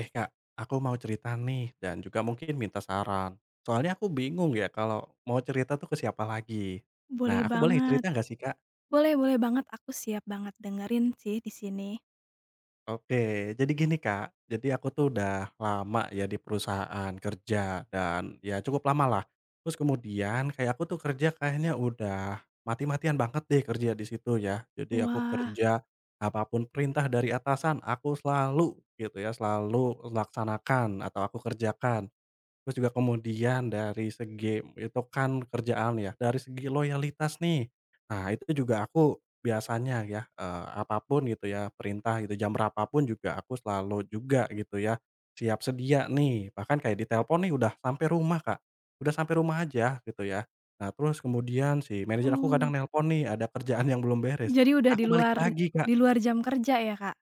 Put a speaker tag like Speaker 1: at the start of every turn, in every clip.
Speaker 1: Eh Kak, aku mau cerita nih dan juga mungkin minta saran. Soalnya aku bingung ya kalau mau cerita tuh ke siapa lagi. Nah,
Speaker 2: Boleh
Speaker 1: aku boleh
Speaker 2: banget.
Speaker 1: cerita nggak sih Kak?
Speaker 2: Boleh boleh banget, aku siap banget dengerin sih di sini.
Speaker 1: Oke, jadi gini Kak, jadi aku tuh udah lama ya di perusahaan kerja dan ya cukup lama lah. Terus kemudian kayak aku tuh kerja kayaknya udah mati-matian banget deh kerja di situ ya. Jadi aku
Speaker 2: Wah,
Speaker 1: kerja apapun perintah dari atasan aku selalu gitu ya, selalu laksanakan atau aku kerjakan. Terus juga kemudian dari segi itu kan kerjaan ya, dari segi loyalitas nih. Nah, itu juga aku biasanya ya, apa gitu ya, perintah gitu, jam berapapun juga aku selalu juga gitu ya, siap sedia nih. Bahkan kayak ditelepon nih udah sampai rumah, Kak, udah sampai rumah aja gitu ya. Nah, terus kemudian si manajer aku kadang
Speaker 2: oh,
Speaker 1: nelpon nih, ada kerjaan yang belum beres,
Speaker 2: jadi udah
Speaker 1: aku balik lagi, Kak.
Speaker 2: di luar jam kerja ya, Kak?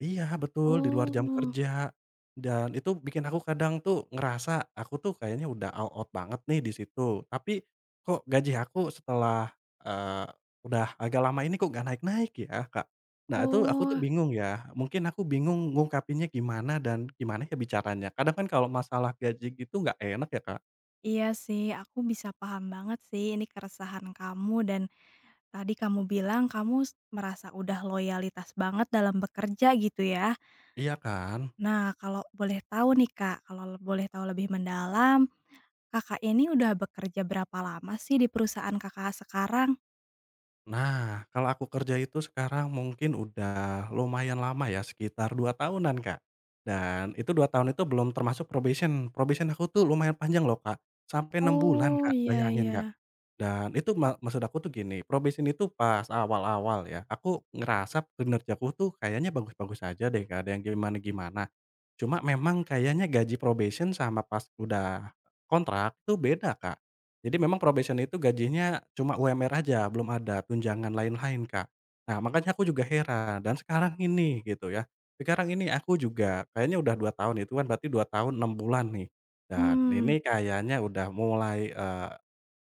Speaker 1: Iya betul, di luar jam
Speaker 2: Oh,
Speaker 1: kerja, dan itu bikin aku kadang tuh ngerasa aku tuh kayaknya udah all out banget nih di situ, tapi kok gaji aku setelah, eee, udah agak lama ini kok gak naik-naik ya, Kak. Nah itu aku tuh
Speaker 2: oh,
Speaker 1: bingung ya, mungkin aku bingung ngungkapinnya gimana dan gimana ya bicaranya. Kadang kan kalau masalah gaji gitu nggak enak ya, Kak,
Speaker 2: iya sih, aku bisa paham banget sih ini keresahan kamu dan tadi kamu bilang kamu merasa udah loyalitas banget dalam bekerja gitu ya.
Speaker 1: iya kan?
Speaker 2: Nah, kalau boleh tahu nih, Kak, kalau boleh tahu lebih mendalam, Kakak ini udah bekerja berapa lama sih di perusahaan Kakak sekarang?
Speaker 1: Nah, kalau aku kerja itu sekarang mungkin udah lumayan lama ya, sekitar 2 tahunan, Kak. Dan itu 2 tahun itu belum termasuk probation. Probation aku tuh lumayan panjang loh, Kak, sampai 6 bulan,
Speaker 2: Oh,
Speaker 1: Kak,
Speaker 2: iya
Speaker 1: bayangin, Kak.
Speaker 2: iya.
Speaker 1: Dan itu maksud aku tuh gini, probation itu pas awal-awal ya, aku ngerasa kinerjaku tuh kayaknya bagus-bagus aja deh, gak ada yang gimana-gimana. Cuma memang kayaknya gaji probation sama pas udah kontrak tuh beda, Kak. Jadi memang probation itu gajinya cuma UMR aja, belum ada tunjangan lain-lain, Kak. Nah, makanya aku juga heran, dan sekarang ini gitu ya, sekarang ini aku juga kayaknya udah 2 tahun, itu kan berarti 2 tahun 6 bulan nih, dan
Speaker 2: Mmm.
Speaker 1: ini kayaknya udah mulai, eh,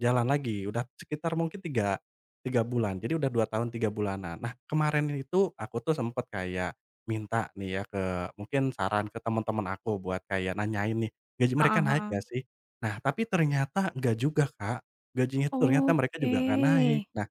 Speaker 1: jalan lagi, udah sekitar mungkin 3 3 bulan, jadi udah 2 tahun 3 bulanan. Nah, kemarin itu aku tuh sempet kayak minta nih ya ke mungkin saran ke teman-teman aku buat kayak nanyain nih, gaji
Speaker 2: Heeh
Speaker 1: mereka naik
Speaker 2: heeh.
Speaker 1: nggak sih? Nah, tapi ternyata nggak juga, Kak, gajinya tuh ternyata mereka
Speaker 2: Oke.
Speaker 1: juga nggak naik. Nah,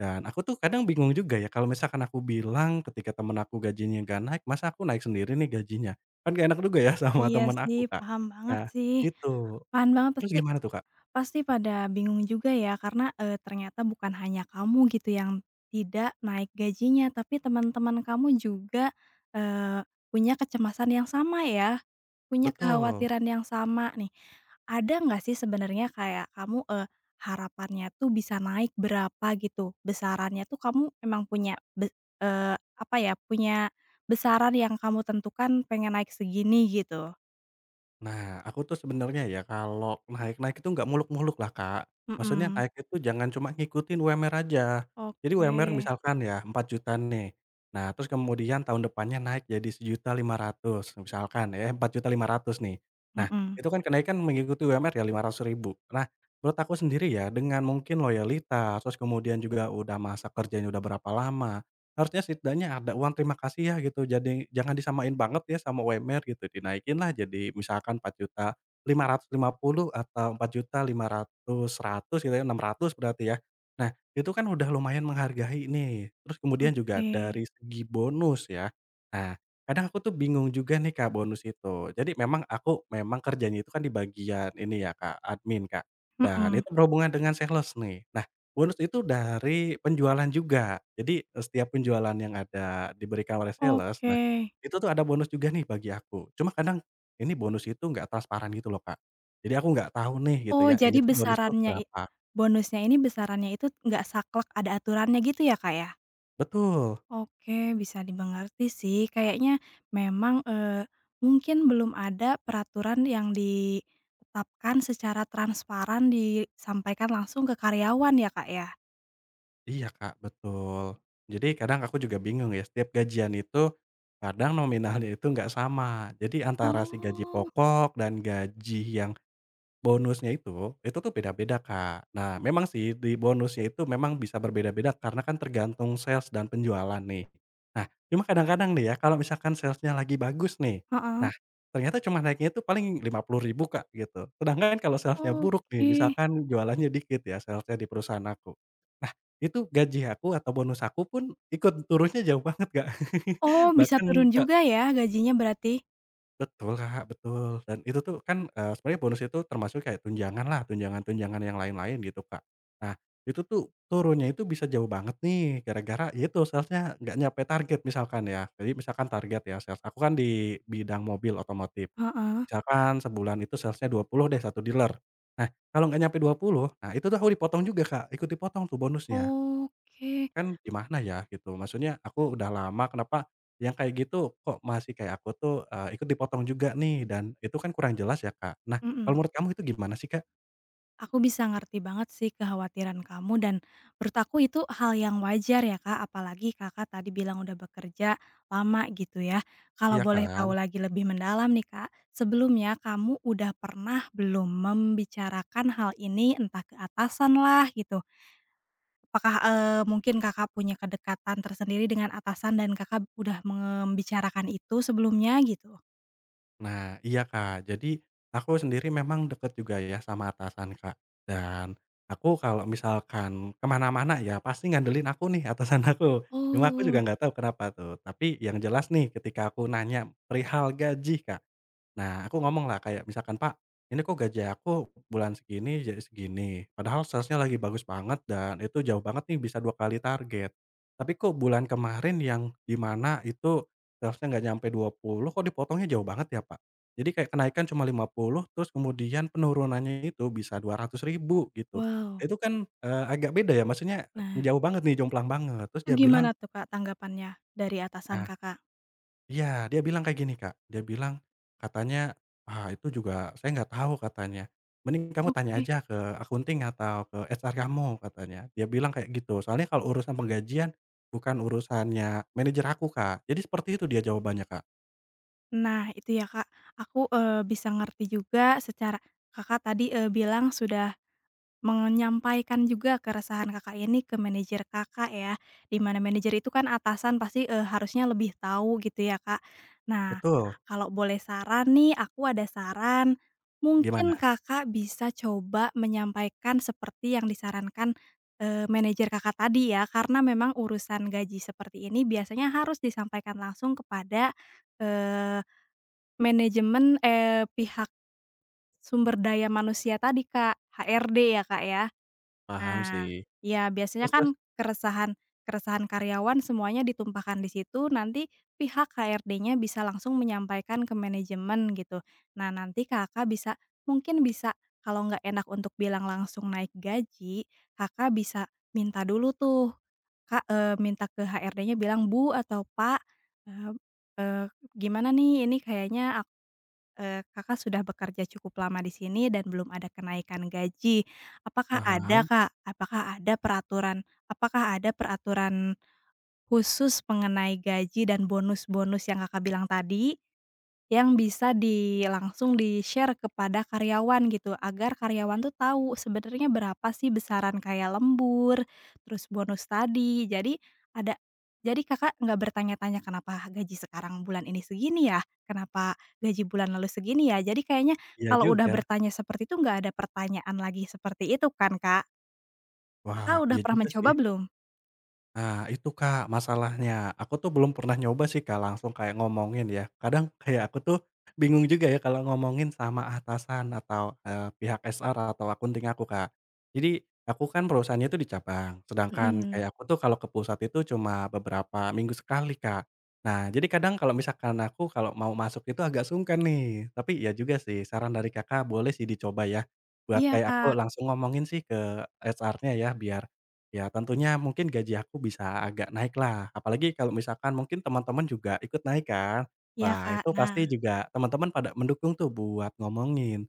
Speaker 1: dan aku tuh kadang bingung juga ya kalau misalkan aku bilang ketika temen aku gajinya nggak naik, masa aku naik sendiri nih gajinya? Kan gak enak juga ya sama
Speaker 2: Iya
Speaker 1: temen aku, Kak. Nah,
Speaker 2: sih.
Speaker 1: itu.
Speaker 2: Paham banget
Speaker 1: Terus
Speaker 2: pasti,
Speaker 1: gimana tuh, Kak?
Speaker 2: pasti pada bingung juga ya karena, ternyata bukan hanya kamu gitu yang tidak naik gajinya, tapi teman-teman kamu juga, eee, punya kecemasan yang sama ya? Punya
Speaker 1: Betul.
Speaker 2: kekhawatiran yang sama nih. Ada nggak sih sebenarnya kayak kamu, harapannya tuh bisa naik berapa gitu? Besarannya tuh kamu memang punya be eee, apa ya, punya besaran yang kamu tentukan pengen naik segini gitu?
Speaker 1: Nah, aku tuh sebenarnya ya kalau naik-naik itu nggak muluk-muluk lah, Kak. Maksudnya
Speaker 2: Mhm.
Speaker 1: naik itu jangan cuma ngikutin UMR aja. Jadi
Speaker 2: Oke.
Speaker 1: UMR misalkan ya 4 juta nih. Nah, terus kemudian tahun depannya naik jadi 1,5 juta misalkan ya, 4,5 juta nih. Nah,
Speaker 2: Mhm.
Speaker 1: itu kan kenaikan mengikuti UMR ya 500 ribu. Nah, menurut aku sendiri ya dengan mungkin loyalitas, terus kemudian juga udah masa kerjanya udah berapa lama, harusnya setidaknya ada uang terima kasih ya gitu, jadi jangan disamain banget ya sama UMR gitu, dinaikin lah jadi misalkan Rp4.550.000 atau Rp4.500.000, 100 gitu ya, 600 berarti ya. Nah, itu kan udah lumayan menghargai nih, terus kemudian juga
Speaker 2: Oke.
Speaker 1: dari segi bonus ya. Nah, kadang aku tuh bingung juga nih Kak bonus itu. Jadi memang aku memang kerjanya itu kan di bagian ini ya Kak, admin Kak, dan
Speaker 2: Mhm.
Speaker 1: itu berhubungan dengan sales nih. Bonus itu dari penjualan juga. Jadi, setiap penjualan yang ada diberikan oleh sales,
Speaker 2: Oke.
Speaker 1: nah, itu tuh ada bonus juga nih bagi aku. Cuma kadang ini bonus itu nggak transparan gitu loh, Kak. Jadi aku nggak tahu nih gitu
Speaker 2: Oh,
Speaker 1: ya,
Speaker 2: jadi
Speaker 1: ini tuh bonus tuh
Speaker 2: besarannya i
Speaker 1: berapa.
Speaker 2: bonusnya ini besarannya itu nggak saklek, ada aturannya gitu ya, Kak, ya?
Speaker 1: Betul,
Speaker 2: Oke, bisa dimengerti sih. Kayaknya memang, mungkin belum ada peraturan yang ditetapkan secara transparan disampaikan langsung ke karyawan ya, Kak, ya?
Speaker 1: iya, Kak, betul. Jadi kadang aku juga bingung ya, setiap gajian itu kadang nominalnya itu nggak sama. Jadi antara si gaji
Speaker 2: Oh.
Speaker 1: pokok dan gaji yang bonusnya itu tuh beda-beda, Kak. Nah, memang sih di bonusnya itu memang bisa berbeda-beda karena kan tergantung sales dan penjualan nih. Nah, cuma kadang-kadang nih ya kalau misalkan salesnya lagi bagus nih,
Speaker 2: Heeh.
Speaker 1: nah ternyata cuma naiknya itu paling 50 ribu Kak, gitu. Sedangkan kalau salesnya buruk nih,
Speaker 2: Oke.
Speaker 1: misalkan jualannya dikit ya salesnya di perusahaan aku. Nah, itu gaji aku atau bonus aku pun ikut turunnya jauh banget, Kak.
Speaker 2: Oh, bisa
Speaker 1: Bahkan
Speaker 2: turun
Speaker 1: ka
Speaker 2: juga ya gajinya berarti?
Speaker 1: Betul, Kak, betul. Dan itu tuh kan, sebenarnya bonus itu termasuk kayak tunjangan lah tunjangan-tunjangan yang lain-lain gitu, Kak. Nah, itu tuh turunnya itu bisa jauh banget nih gara-gara ya itu sales nggak nyampe target misalkan ya. Jadi misalkan target ya sales aku kan di bidang mobil otomotif.
Speaker 2: Heeh.
Speaker 1: Misalkan sebulan itu sales 20 deh satu dealer. Nah, kalau nggak nyampe 20 nah itu tuh aku dipotong juga, Kak, ikut dipotong tuh bonusnya.
Speaker 2: Oke.
Speaker 1: Kan gimana ya gitu, maksudnya aku udah lama kenapa yang kayak gitu kok masih kayak aku tuh, ikut dipotong juga nih dan itu kan kurang jelas ya, Kak. Nah,
Speaker 2: Mhm.
Speaker 1: kalau menurut kamu itu gimana sih, Kak?
Speaker 2: Aku bisa ngerti banget sih kekhawatiran kamu dan menurut aku itu hal yang wajar ya Kak, apalagi Kakak tadi bilang udah bekerja lama gitu ya. Kalau
Speaker 1: Iya
Speaker 2: boleh
Speaker 1: kan?
Speaker 2: tahu lagi lebih mendalam nih Kak, sebelumnya kamu udah pernah belum membicarakan hal ini entah ke atasan lah gitu? Apakah, mungkin Kakak punya kedekatan tersendiri dengan atasan dan Kakak udah membicarakan itu sebelumnya gitu?
Speaker 1: Nah iya, Kak. Jadi aku sendiri memang deket juga ya sama atasan, Kak, dan aku kalau misalkan kemana mana ya pasti ngandelin aku nih atasan aku. Cuma aku
Speaker 2: Oh,
Speaker 1: juga nggak tahu kenapa tuh, tapi yang jelas nih ketika aku nanya perihal gaji, Kak. Nah, aku ngomong lah kayak misalkan, "Pak, ini kok gaji aku bulan segini jadi segini, padahal salesnya lagi bagus banget dan itu jauh banget nih bisa 2 kali target. Tapi kok bulan kemarin yang di mana itu salesnya nggak nyampe 20 kok dipotongnya jauh banget ya, Pak?" Jadi kayak kenaikan cuma 50 terus kemudian penurunannya itu bisa dua rp ribu ribu gitu.
Speaker 2: wow.
Speaker 1: Itu kan, agak beda ya, maksudnya
Speaker 2: Nah,
Speaker 1: jauh banget nih, jomplang banget. Terus
Speaker 2: itu
Speaker 1: dia bilang,
Speaker 2: gimana tuh Kak tanggapannya dari atasan
Speaker 1: "Ah."
Speaker 2: Kakak?
Speaker 1: Iya, dia bilang kayak gini, Kak, dia bilang katanya, "Ah, itu juga saya nggak tahu," katanya, "mending kamu tanya
Speaker 2: Oke.
Speaker 1: aja ke akunting atau ke HR kamu," katanya. Dia bilang kayak gitu, soalnya kalau urusan penggajian bukan urusannya manajer aku, Kak. Jadi seperti itu dia jawabannya, Kak.
Speaker 2: Nah itu ya Kak, aku, bisa ngerti juga secara Kakak tadi, bilang sudah menyampaikan juga keresahan Kakak ini ke manajer Kakak ya, di mana manajer itu kan atasan pasti, harusnya lebih tahu gitu ya, Kak. Nah,
Speaker 1: Betul,
Speaker 2: kalau boleh saran nih, aku ada saran, mungkin
Speaker 1: gimana?
Speaker 2: Kakak bisa coba menyampaikan seperti yang disarankan, manajer Kakak tadi ya, karena memang urusan gaji seperti ini biasanya harus disampaikan langsung kepada, eee, manajemen, pihak sumber daya manusia tadi, Kak, HRD ya, Kak, ya.
Speaker 1: Paham sih.
Speaker 2: Nah, ya biasanya
Speaker 1: Terus terus?
Speaker 2: kan keresahan-keresahan karyawan semuanya ditumpahkan di situ, nanti pihak HRD-nya bisa langsung menyampaikan ke manajemen gitu. Nah, nanti Kakak bisa mungkin bisa kalau nggak enak untuk bilang langsung naik gaji, Kakak bisa minta dulu tuh, Kak, minta ke HRD-nya bilang, "Bu atau Pak, eee eee, gimana nih ini kayaknya Kakak sudah bekerja cukup lama di sini dan belum ada kenaikan gaji. Apakah ada,
Speaker 1: Paham,
Speaker 2: Kak? Apakah ada peraturan khusus mengenai gaji dan bonus-bonus yang Kakak bilang tadi? Yang bisa langsung di-share kepada karyawan gitu, agar karyawan tuh tahu sebenarnya berapa sih besaran kayak lembur, terus bonus tadi. Ada jadi Kakak nggak bertanya-tanya, "Kenapa gaji sekarang bulan ini segini ya? Kenapa gaji bulan lalu segini ya?" Jadi kayaknya
Speaker 1: iya
Speaker 2: kalau udah
Speaker 1: juga.
Speaker 2: bertanya seperti itu nggak ada pertanyaan lagi seperti itu kan, Kak?
Speaker 1: Wah,
Speaker 2: Kakak udah
Speaker 1: iya
Speaker 2: pernah
Speaker 1: juga
Speaker 2: mencoba
Speaker 1: sih.
Speaker 2: belum?
Speaker 1: Nah, itu Kak, masalahnya. Aku tuh belum pernah nyoba sih Kak, langsung kayak ngomongin ya. Kadang kayak aku tuh bingung juga ya kalau ngomongin sama atasan atau, pihak HR atau akunting aku Kak. Jadi, aku kan perusahaannya itu di cabang, sedangkan
Speaker 2: Mhm.
Speaker 1: kayak aku tuh kalau ke pusat itu cuma beberapa minggu sekali Kak. Nah, jadi kadang kalau misalkan aku kalau mau masuk itu agak sungkan nih. Tapi ya juga sih, saran dari Kakak boleh sih dicoba ya, buat
Speaker 2: Iya,
Speaker 1: kayak aku
Speaker 2: Kak.
Speaker 1: langsung ngomongin sih ke HR-nya ya, biar ya tentunya mungkin gaji aku bisa agak naik lah, apalagi kalau misalkan mungkin teman-teman juga ikut naik kan.
Speaker 2: Iya,
Speaker 1: Wah
Speaker 2: Kak.
Speaker 1: itu
Speaker 2: Nah,
Speaker 1: pasti juga teman-teman pada mendukung tuh buat ngomongin.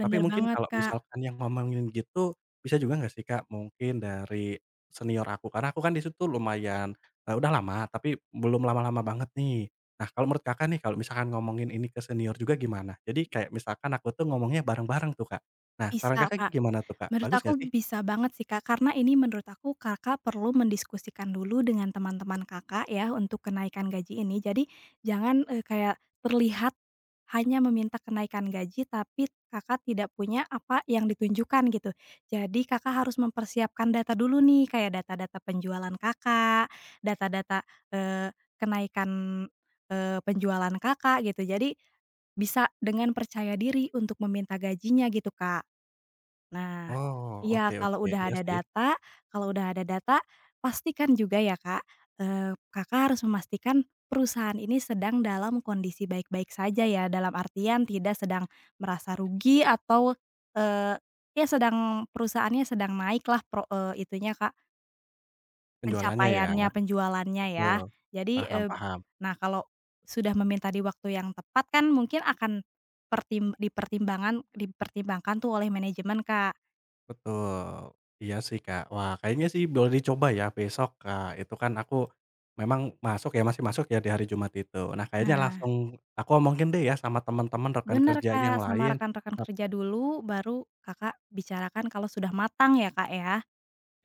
Speaker 1: Tapi mungkin
Speaker 2: banget,
Speaker 1: kalau
Speaker 2: Kak.
Speaker 1: misalkan yang ngomongin gitu, bisa juga nggak sih Kak mungkin dari senior aku? Karena aku kan di situ lumayan, udah lama tapi belum lama-lama banget nih. Nah kalau menurut Kakak nih kalau misalkan ngomongin ini ke senior juga gimana? Jadi kayak misalkan aku tuh ngomongnya bareng-bareng tuh Kak. Nah saran
Speaker 2: Bisa,
Speaker 1: Kakak
Speaker 2: Kak.
Speaker 1: gimana tuh Kak?
Speaker 2: Menurut
Speaker 1: Bagus
Speaker 2: aku
Speaker 1: nggak sih?
Speaker 2: bisa banget sih, Kak, karena ini menurut aku Kakak perlu mendiskusikan dulu dengan teman-teman Kakak ya untuk kenaikan gaji ini. Jadi jangan, kayak terlihat hanya meminta kenaikan gaji tapi Kakak tidak punya apa yang ditunjukkan gitu. Jadi Kakak harus mempersiapkan data dulu nih, kayak data-data penjualan Kakak, data-data, kenaikan, penjualan Kakak gitu. Jadi bisa dengan percaya diri untuk meminta gajinya gitu, Kak. Nah,
Speaker 1: Oh,
Speaker 2: iya
Speaker 1: oke oke, iya sih.
Speaker 2: kalau udah ada data, pastikan juga ya Kak, Kakak harus memastikan perusahaan ini sedang dalam kondisi baik-baik saja ya, dalam artian tidak sedang merasa rugi atau, eee, ya sedang perusahaannya sedang naiklah itunya Kak,
Speaker 1: Penjualannya ya,
Speaker 2: pencapaiannya, penjualannya ya.
Speaker 1: betul.
Speaker 2: Jadi,
Speaker 1: Paham paham,
Speaker 2: nah kalau sudah meminta di waktu yang tepat kan mungkin akan pertim dipertimbangan dipertimbangkan tuh oleh manajemen Kak.
Speaker 1: betul. Iya sih, Kak. Wah, kayaknya sih boleh dicoba ya besok, Kak. Itu kan aku memang masuk ya, masih masuk ya di hari Jumat itu. Nah, kayaknya
Speaker 2: Nah,
Speaker 1: langsung aku omongin deh ya sama teman-teman, rekan
Speaker 2: bener,
Speaker 1: kerja
Speaker 2: Kak,
Speaker 1: yang
Speaker 2: sama
Speaker 1: lain.
Speaker 2: rekan-rekan kerja dulu, baru Kakak bicarakan kalau sudah matang ya, Kak, ya?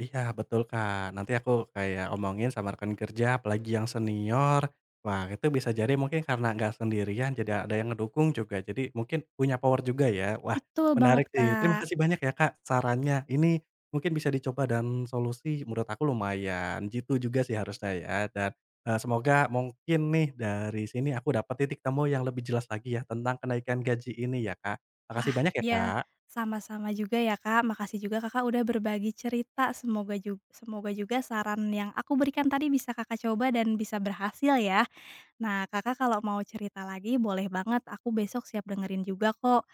Speaker 1: Iya betul, Kak. Nanti aku kayak omongin sama rekan kerja, apalagi yang senior. Wah itu bisa jadi mungkin karena nggak sendirian jadi ada yang ngedukung juga, jadi mungkin punya power juga ya. Wah
Speaker 2: Betul banget,
Speaker 1: menarik sih, terima
Speaker 2: Kak.
Speaker 1: kasih banyak ya, Kak, sarannya. Ini mungkin bisa dicoba dan solusi menurut aku lumayan jitu juga sih harusnya ya dan, semoga mungkin nih dari sini aku dapat titik temu yang lebih jelas lagi ya tentang kenaikan gaji ini ya, Kak.
Speaker 2: Wah,
Speaker 1: Makasih banyak ya,
Speaker 2: iya,
Speaker 1: Kak.
Speaker 2: sama-sama juga ya, Kak. Makasih juga Kakak udah berbagi cerita, semoga juga saran yang aku berikan tadi bisa Kakak coba dan bisa berhasil ya. Nah, Kakak kalau mau cerita lagi boleh banget, aku besok siap dengerin juga kok,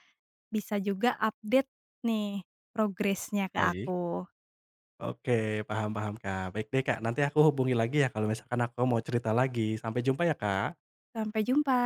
Speaker 2: bisa juga update nih progresnya ke
Speaker 1: Baik.
Speaker 2: aku.
Speaker 1: Oke, paham paham, Kak. Baik deh, Kak, nanti aku hubungi lagi ya kalau misalkan aku mau cerita lagi. Sampai jumpa ya, Kak.
Speaker 2: Sampai jumpa.